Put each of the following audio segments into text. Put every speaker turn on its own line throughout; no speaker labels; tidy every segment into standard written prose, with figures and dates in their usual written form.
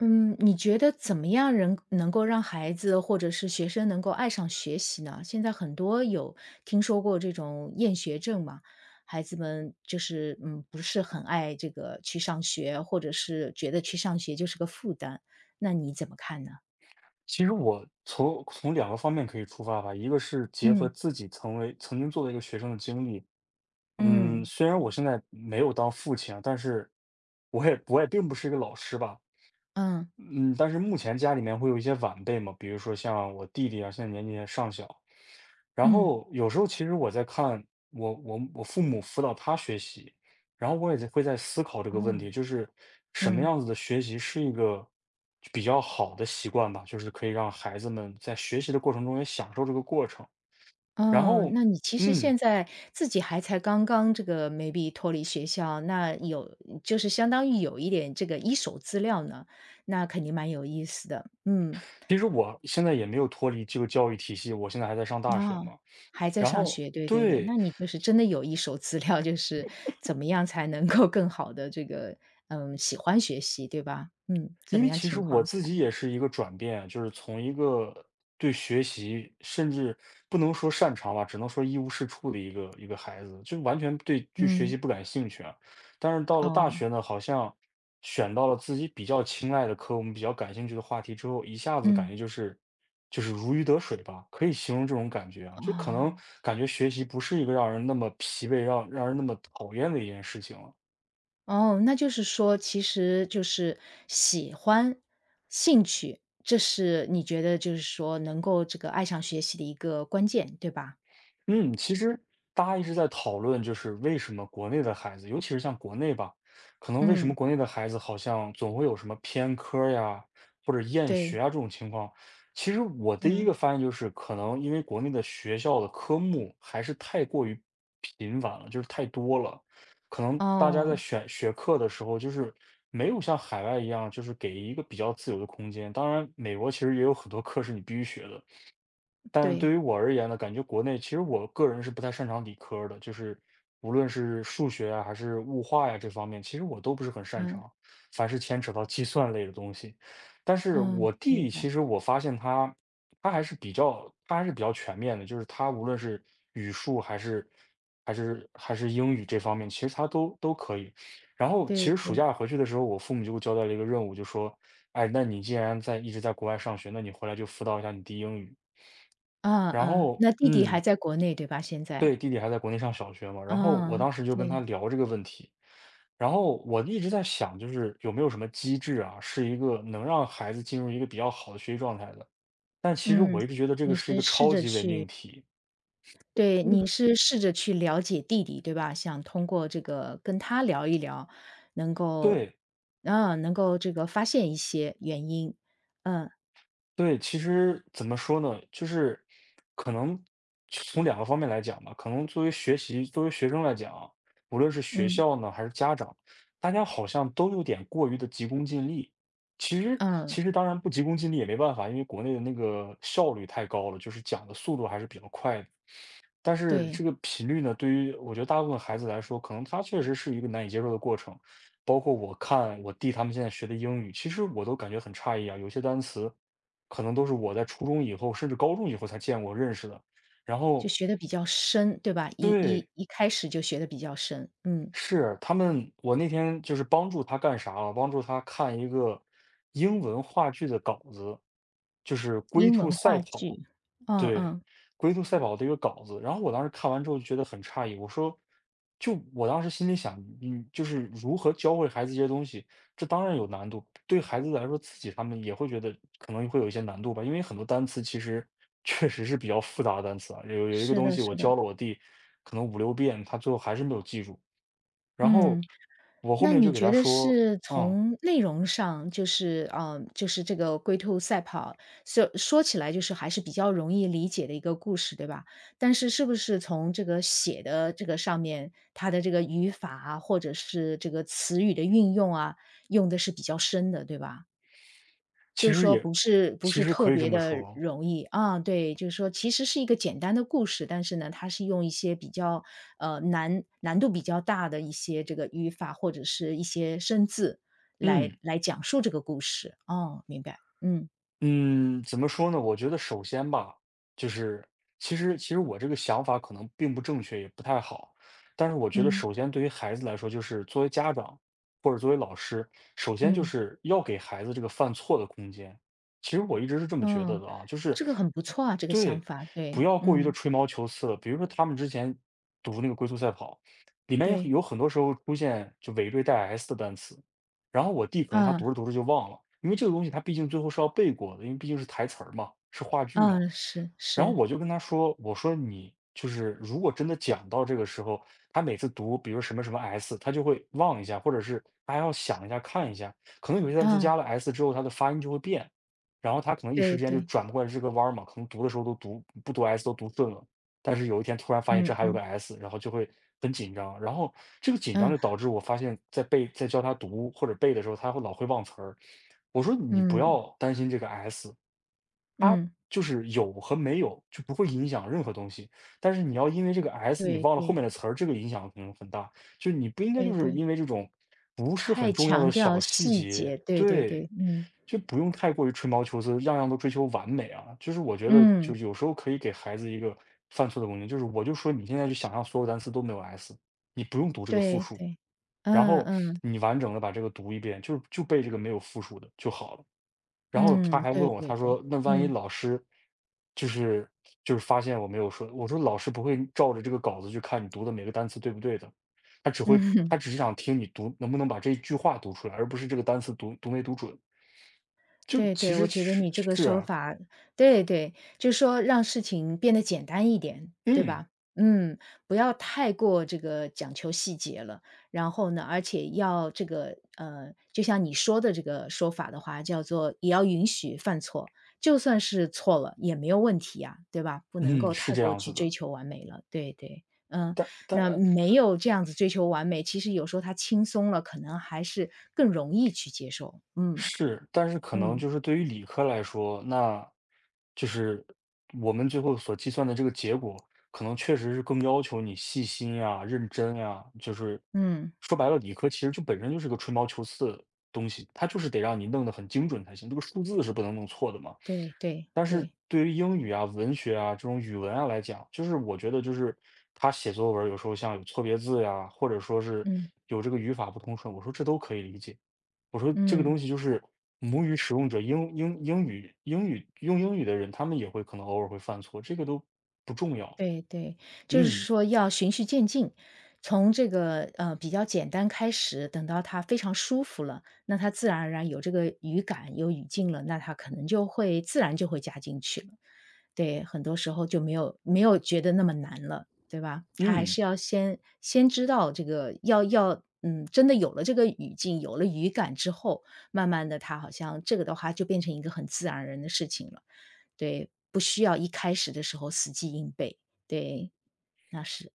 嗯，你觉得怎么样人能够让孩子或者是学生能够爱上学习呢？现在很多有听说过这种厌学症嘛，孩子们就是不是很爱这个去上学，或者是觉得去上学就是个负担，那你怎么看呢？
其实我从两个方面可以出发吧，一个是结合
嗯
自己曾经作为一个学生的经历。嗯，
嗯
虽然我现在没有当父亲啊，但是我也并不是一个老师吧。
嗯嗯
嗯，但是目前家里面会有一些晚辈嘛，比如说像我弟弟啊，现在年纪也尚小。然
嗯，
后有时候其实我在看我父母辅导他学习，然后我会在思考这
哦，
个问题，就是什么
嗯。
样子的学习是一个比较好的习惯吧，就是可以让孩子们在学习的过程中也享受这个过程。然
嗯，
后，
那你其实
嗯，
现在自己还才刚刚这个 maybe 脱离学校，那有就是相当于有一点这个一手资料呢，那肯定蛮有意思的。嗯，
其实我现在也没有脱离这个教育体系，我现在还在上大学
啊，
嘛。
还在
然
上
后，
学，对对对，
对。
那你就是真的有一手资料，就是怎么样才能够更好的这个，喜欢学习，对吧？嗯，怎
因
么
为
样
其
情
实我
况下？
自己也是一个转变，就是从一个对学习甚至不能说擅长吧，只能说一无是处的一个孩子，就完全对学
嗯，
习不感兴趣啊。但是到了大
哦，
学呢，好像选到了自己比较青睐的科，我们比较感兴趣的话题之后，一下子感
嗯，
觉就是如鱼得水吧，可以形容这种感觉啊。就可能
哦。
感觉学习不是一个让人那么疲惫、让人那么讨厌的一件事情了。
哦，那就是说，其实就是喜欢、兴趣，这是你觉得就是说能够这个爱上学习的一个关键，对吧？
嗯，其实大家一直在讨论，就是为什么国内的孩子，尤其是像国内吧，可能为什么
嗯，
国内的孩子好像总会有什么偏科儿呀，或者厌
对，
学啊这种情况。其实我第一
嗯，
个发现就是，可能因为国内的学校的科目还是太过于频繁了，就是太多了，可能大家在
哦，
选学课的时候，就是没有像海外一样，就是给一个比较自由的空间。当然，美国其实也有很多课是你必须学的，但
对，
对于我而言呢，感觉国内其实我个人是不太擅长理科儿的，就是无论是数学啊，还是物化呀这方面，其实我都不是很擅
嗯
长，凡是牵扯到计算类的东西。但是
嗯，
我
明
弟其
白，
实我发现他，他还是比较全面的，就是他无论是语数还是还是英语这方面，其实他都可以。然后其
对
实暑
对，
假回去的时候，我父母就给我交代了一个任务，就说，哎，那你既然一直在国外上学，那你回来就辅导一下你弟英语。
嗯
然
嗯，
后
那弟弟还
嗯，
在国内，对吧？现在，
对，弟弟还在国内上小学嘛，然后我
嗯，
当时就跟他
对，
聊这个问题，然后我一直在想，就是有没有什么机制啊，是一个能让孩子进入一个比较好的学习状态的，但其实
嗯，
我一直觉得这个
你
是一
是
个
试
超
着
级伪命
去
题。
对，你是试着去了解弟弟，对吧？想通过这个跟他聊一聊，能够
对。
啊，能够这个发现一些原因。嗯，
对，其实怎么说呢，就是可能从两个方面来讲吧，可能作为学生来讲，无论是学
嗯，
校呢还是家长，大家好像都有点过于的急功近利。其实，
嗯，
其实当然不急功近利也没办法，因为国内的那个效率太高了，就是讲的速度还是比较快的。但是
对，
这个频率呢，对于我觉得大部分孩子来说，可能他确实是一个难以接受的过程。包括我看我弟他们现在学的英语，其实我都感觉很诧异啊，有些单词可能都是我在初中以后，甚至高中以后才见过、认识的。然
就
后，
学的比较深，对吧？
对，
一开始就学的比较深，嗯，
是他们，我那天就是帮助他干啥了？帮助他看一个英文话剧的稿子，就是《龟
英
兔
文
赛
话
跑》。
剧，嗯
对，
嗯，
龟兔赛跑的一个稿子。然后我当时看完之后就觉得很诧异，我说，就我当时心里想，嗯，就是如何教会孩子这些东西，这当然有难度，对孩子来说，自己他们也会觉得可能会有一些难度吧，因为很多单词其实 确实是比较复杂的单词啊。有一个
是
东
的，
西我
是的，
教了我弟可能5、6遍，他最后还是没有记住。然
嗯。
后我后
那
面
你
就给
觉
他
得
说，
是
嗯，
从内容上，就是，就是这个龟兔赛跑，说起来就是还是比较容易理解的一个故事，对吧？但是是不是从这个写的这个上面，它的这个语法啊，或者是这个词语的运用啊，用的是比较深的，对吧？
其
就是
实
说
也
不是不
其
是
实
特
可以这
别
么
的
说。
容易啊，对，就是说其实是一个简单的故事，但是呢，它是用一些比较，难度比较大的一些这个语法或者是一些生字来
嗯。
来讲述这个故事。哦，明白，嗯，
嗯，怎么说呢？我觉得首先吧，就是其实我这个想法可能并不正确，也不太好。但是我觉得，
嗯，
首先对于孩子来说，就是作为家长或者作为老师，首先就
嗯，
是要给孩子这个犯错的空间。其实我一直是这么觉得
嗯，
的啊，就是
这个很不错啊，这个想
对，
法，
不
对，
要过于的
嗯，
吹毛求疵了。比如说他们之前读那个龟速赛跑，里面
对，
有很多时候出现就尾缀带 s 的单词，然后我弟可能他
啊，
读着读着就忘了，因为这个东西他毕竟最后是要背过的，因为毕竟是台词儿嘛，是话剧嘛。
啊，是，
然后
是，
我就跟他说，我说你就是如果真的讲到这个时候，他每次读比如什么什么 s，他就会忘一下，或者是他还要想一下看一下，可能有些单词
啊，
加了 s 之后，它的发音就会变，然后他可能一时
对，
间就
对，
转不过来这个弯儿嘛，可能读的时候都读不读 s 都读顺了，但是有一天突然发现这
嗯，
还有
嗯，
个 s，然后就会很紧张，然后这个紧张
嗯，
就导致我发现，在教他读或者背的时候，他会老会忘词儿。我说你不
嗯，
要担心这个 S，
嗯，
就是有和没有就不会影响任何东西，但是你要因为这个 S 你
对，
忘了后
对，
面的词儿，这个影响可能很大。就是你不应该就
对，
是
对。
因为这种不是很
太
重要
强
的
调
小细
细
节，
节，对对
对，
对，嗯，
就不用太过于吹毛求疵，样样都追求完美啊。就是我觉得
嗯，
就是有时候可以给孩子一个犯错的空间，就是我就说你现在就想象所有单词都没有 S，你不用读这个复
对
数，
对，
然
嗯
后
嗯，
你完整的把这个读一遍，就背这个没有复数的就好了。然后他
嗯，
还问
对
我，
对
他
对，
说：“那万一
嗯，
老师就是就是发现我没有说”，我说老师不会照着这个稿子去看你读的每个单词对不对的，他只会
嗯。
他只是想听你读能不能把这一句话读出来，而不是这个单词读没读准。就
对
其
对，我
实
觉得
是
你这个
是
说
啊。
法对对，就是说让事情变得简单一点，对
嗯
吧？嗯，不要太过这个讲求细节了。然后呢，而且要这个就像你说的这个说法的话，叫做也要允许犯错，就算是错了也没有问题呀，对吧？不能
嗯，
够
是
太
这
过
样
去
子
追
的，
求完美了。对对，嗯，
但
那
但
没有这样子追求完美，其实有时候他轻松了，可能还是更容易去接受。嗯
是，但是可能
嗯。
就是对于理科来说，那就是我们最后所计算的这个结果，可能确实是更要求你细心呀、认真呀。就是
嗯，
说白了，理科其实就本身就是个吹毛求疵的东西，它就是得让你弄得很精准才行。这个数字是不能弄错的嘛。
对对
但是
对，
对于英语啊、文学啊这种语文啊来讲，就是我觉得就是他写作文儿有时候像有错别字呀，或者说是
嗯
有这个语法不通顺，我说这都可以理解。我说这个
嗯，
东西就是母语使用者，英英英语英语用英语的人，他们也会可能偶尔会犯错，这个都不重要。
对对，就是
嗯
说要循序渐进，从这个比较简单开始，等到他非常舒服了，那他自然而然有这个语感、有语境了，那他可能就会自然就会加进去了。对，很多时候就没有觉得那么难了，对吧？他还
嗯。
是要先知道这个要。嗯，真的有了这个语境，有了语感之后，慢慢的，他好像这个的话就变成一个很自然而然的事情了。对，不需要一开始的时候死记硬背。对，那是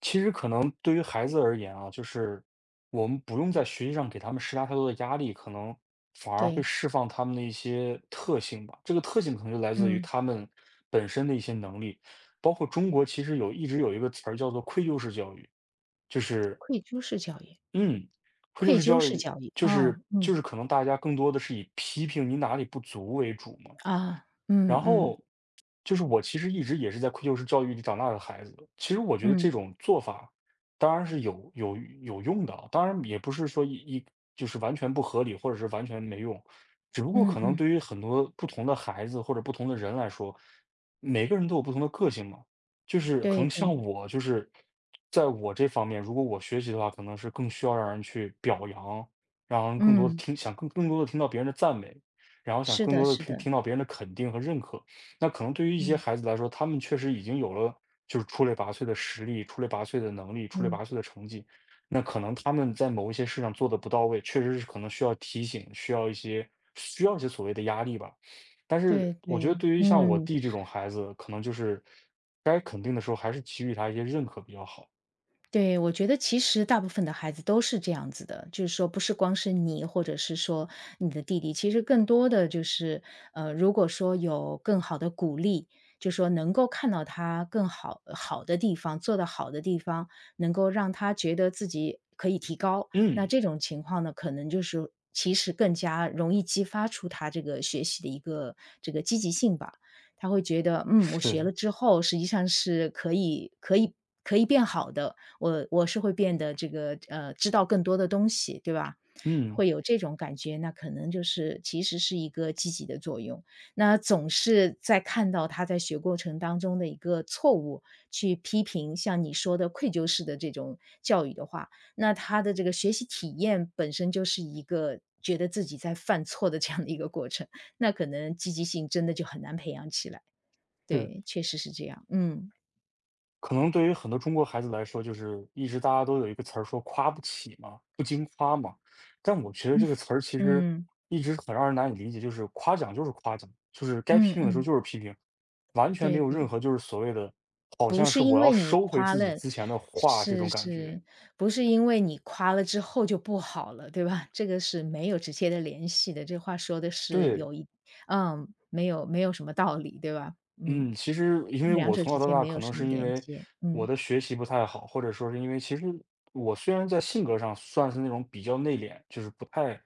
其实可能对于孩子而言啊，就是我们不用在学习上给他们施加太多的压力，可能反而会
对，
释放他们的一些特性吧。这个特性可能就来自于
嗯，
他们本身的一些能力。包括中国其实一直有一个词儿叫做愧疚式教育，就是
愧疚式教育
嗯，愧疚
愧
式
疚
教
式
育
教育，
就是
哦，嗯，
就是可能大家更多的是以批评你哪里不足为主嘛。
啊，嗯
然
嗯，
后，就是我其实一直也是在愧疚式教育里长大的孩子。其实我觉得这
嗯，
种做法当然是有用的啊，当然也不是说就是完全不合理，或者是完全没用。只不过
嗯
可能
嗯，
对于很多不同的孩子或者不同的人来说，每个人都有不同的个性嘛。就是可
对
能像
对，
我，就是在我这方面，如果我学习的话，可能是更需要让人去表扬，让人更多的
嗯，
听，想更多的听到别人的赞美。然后想
是
更
的
多的
是
听
的，
听到别人的肯定和认可。那可能对于一些
嗯
孩子来说，他们确实已经有了就是出类拔萃的实力、出类拔萃的能力、出类
嗯，
拔萃的成绩，那可能他们在某一些事上做的不到位，确实是可能需要提醒，需要一些所谓的压力吧。但是
对
我觉得
对，
对于像我
嗯。
弟这种孩子，可能就是该肯定的时候，还是给予他一些认可比较好。
对，我觉得其实大部分的孩子都是这样子的，就是说不是光是你，或者是说你的弟弟，其实更多的就是，如果说有更好的鼓励，就说能够看到他更好的地方，做得好的地方，能够让他觉得自己可以提高，那
嗯，
这种情况呢，可能就是其实更加容易激发出他这个学习的一个这个积极性吧。他会觉得，我
是
学
的，
了之后，实际上是可以变好的，我是会变得这个知道更多的东西，对吧？
嗯，
会有这种感觉，那可能就是其实是一个积极的作用。那总是在看到他在学过程当中的一个错误，去批评像你说的愧疚式的这种教育的话，那他的这个学习体验本身就是一个觉得自己在犯错的这样的一个过程，那可能积极性真的就很难培养起来。
是的。
对，确实是这样。嗯，
可能对于很多中国孩子来说，就是一直大家都有一个词儿说"夸不起"嘛，"不经夸"嘛。但我觉得这个词儿其实
嗯，
一直很让人难以理解，就是夸奖就是夸奖，就是该批
嗯
评的时候
嗯，
就是批评，完全没
对
有
对。
任何就是所谓的，好
不
像
是
是
因
我要
为你
收回
夸
自己
了
之前的话这
是
种感
是，
觉。
不是因为你夸了之后就不好了，对吧？这个是没有直接的联系的，这话说的是
对，
有一没有什么道理，对吧？嗯，
嗯，其实因为
两
我
者
从
之
小到
间
大，
没
可
有
能
什么
是因
连
为
接，
我
嗯，
的学习不太好，或者说是因为其实我虽然在性格上算是那种比较内敛，就是不太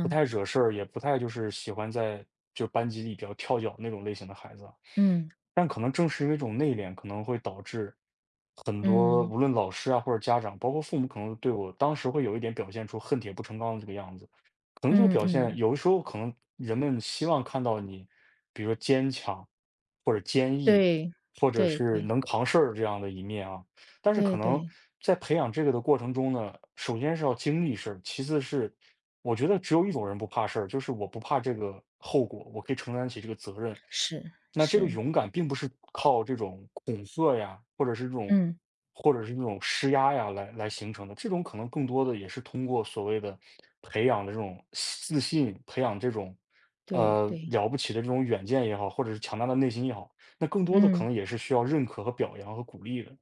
不太惹事儿，也不太就是喜欢在就班级里比较跳脚那种类型的孩子啊。
嗯，
但可能正是因为这种内敛，可能会导致很多
嗯，
无论老师啊或者家长，包括父母，可能对我当时会有一点表现出恨铁不成钢的这个样子。可能就
嗯
表现，
嗯，
有的时候可能人们希望看到你，比如说坚强，或者坚毅，
对，
或者
对
是
对，
能扛事儿这样的一面啊。但是
对
可能
对，
在培养这个的过程中呢，首先是要经历事儿，其次是我觉得只有一种人不怕事儿，就是我不怕这个后果，我可以承担起这个责任。
是
那这个
是，
勇敢并不是靠这种恐吓呀，或者是这种，
嗯，
或者是那种施压呀来形成的。这种可能更多的也是通过所谓的培养的这种自信，培养这种
对对，
了不起的这种远见也好，或者是强大的内心也好，那更多的可
嗯。
能也是需要认可和表扬和鼓励的。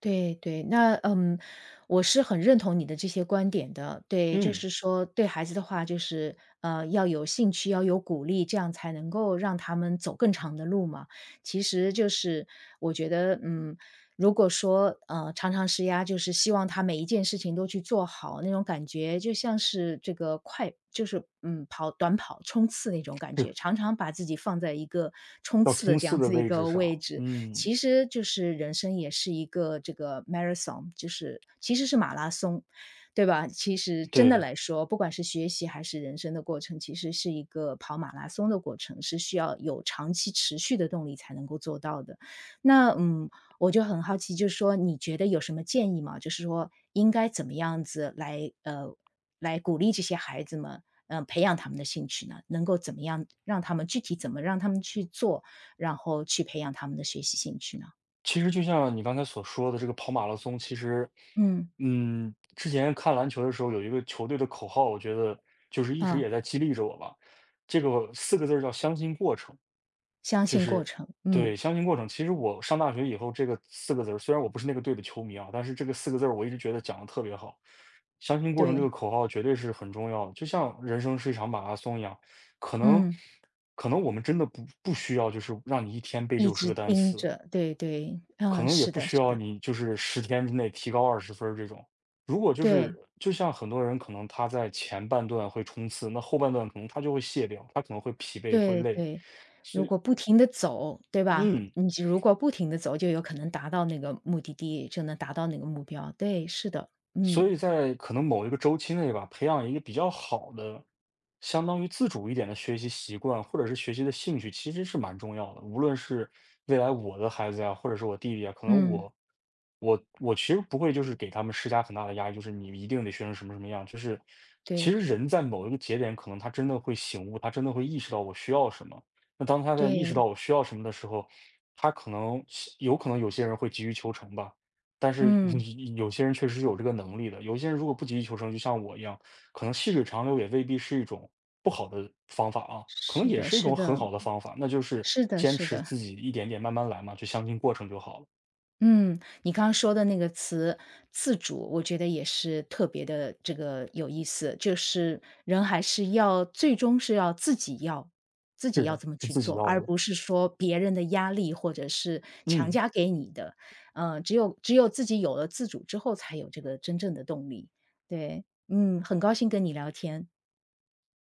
对对，那我是很认同你的这些观点的。对，就
嗯。
是说对孩子的话，就是要有兴趣，要有鼓励，这样才能够让他们走更长的路嘛。其实就是我觉得，如果说常常施压，就是希望他每一件事情都去做好，那种感觉就像是这个快，就是跑短跑冲刺那种感
是，
觉，常常把自己放在一个冲
要
刺的
冲
这
刺
样
的
子的一
位置
个位
上，
置。
嗯，
其实就是人生也是一个这个 marathon，就是其实是马拉松，对吧？其实真
对
的
的。
来说，不管是学习还是人生的过程，其实是一个跑马拉松的过程，是需要有长期持续的动力才能够做到的。那我就很好奇，就是说你觉得有什么建议吗？就是说应该怎么样子来鼓励这些孩子们，培养他们的兴趣呢？能够怎么样让他们具体怎么让他们去做？然后去培养他们的学习兴趣呢？
其实就像你刚才所说的这个跑马拉松，其实，
嗯，
嗯，之前看篮球的时候有一个球队的口号，我觉得就是一直
啊，
也在激励着我吧。这个四个字儿叫相信过程。
相
就
信过
是
程，嗯，
对，相亲过程。其实我上大学以后，这个四个字儿，虽然我不是那个队的球迷啊，但是这个四个字儿我一直觉得讲的特别好。相亲过程这个
对，
口号绝对是很重要的，就像人生是一场马拉松一样，可能
嗯，
可能我们真的不需要，就是让你一天背
一
60
直
个单
盯
词，
着，对对，
可
嗯，
能也
是
不
的，
需
是
要
的，
你就是十天之内提高20分儿这种。如果就
对
是就像很多人可能他在前半段会冲刺，那后半段可能他就会卸掉，他可能会疲惫会
对
累，
对，
所
如
以
果不停的走，对吧？
嗯，
如果不停的走，就有可能达到那个目的地，就能达到那个目标。对，是的，
所
嗯
以在可能某一个周期内吧，培养一个比较好的，相当于自主一点的学习习惯，或者是学习的兴趣，其实是蛮重要的。无论是未来我的孩子呀，或者是我弟弟啊，可能
嗯，
我我我其实不会就是给他们施加很大的压力，就是你一定得学成什么什么样。就是其实
对
人在某一个节点，可能他真的会醒悟，他真的会意识到我需要什么。那当他在意识
对，
到我需要什么的时候，他可能有可能有些人会急于求成吧。但是
嗯，
你 有些人确实是有这个能力的，有些人如果不急于求成，就像我一样，可能细水长流也未必是一种不好的方法啊，可能
是
也
的，
是一
是
种很
的，
好的方法，那就是
是的，
坚
是
持
的。
自己一点点慢慢来嘛，就相信过程就好了。
嗯，你刚刚说的那个词"自主"，我觉得也是特别的这个有意思，就是人还是要最终是要自己要自己
是
要
的，
这么
是
去
自己
做，
要
而
的，
不是说别人的压力或者是强
嗯。
加给你的。只有自己有了自主之后，才有这个真正的动力。对，嗯，很高兴跟你聊天。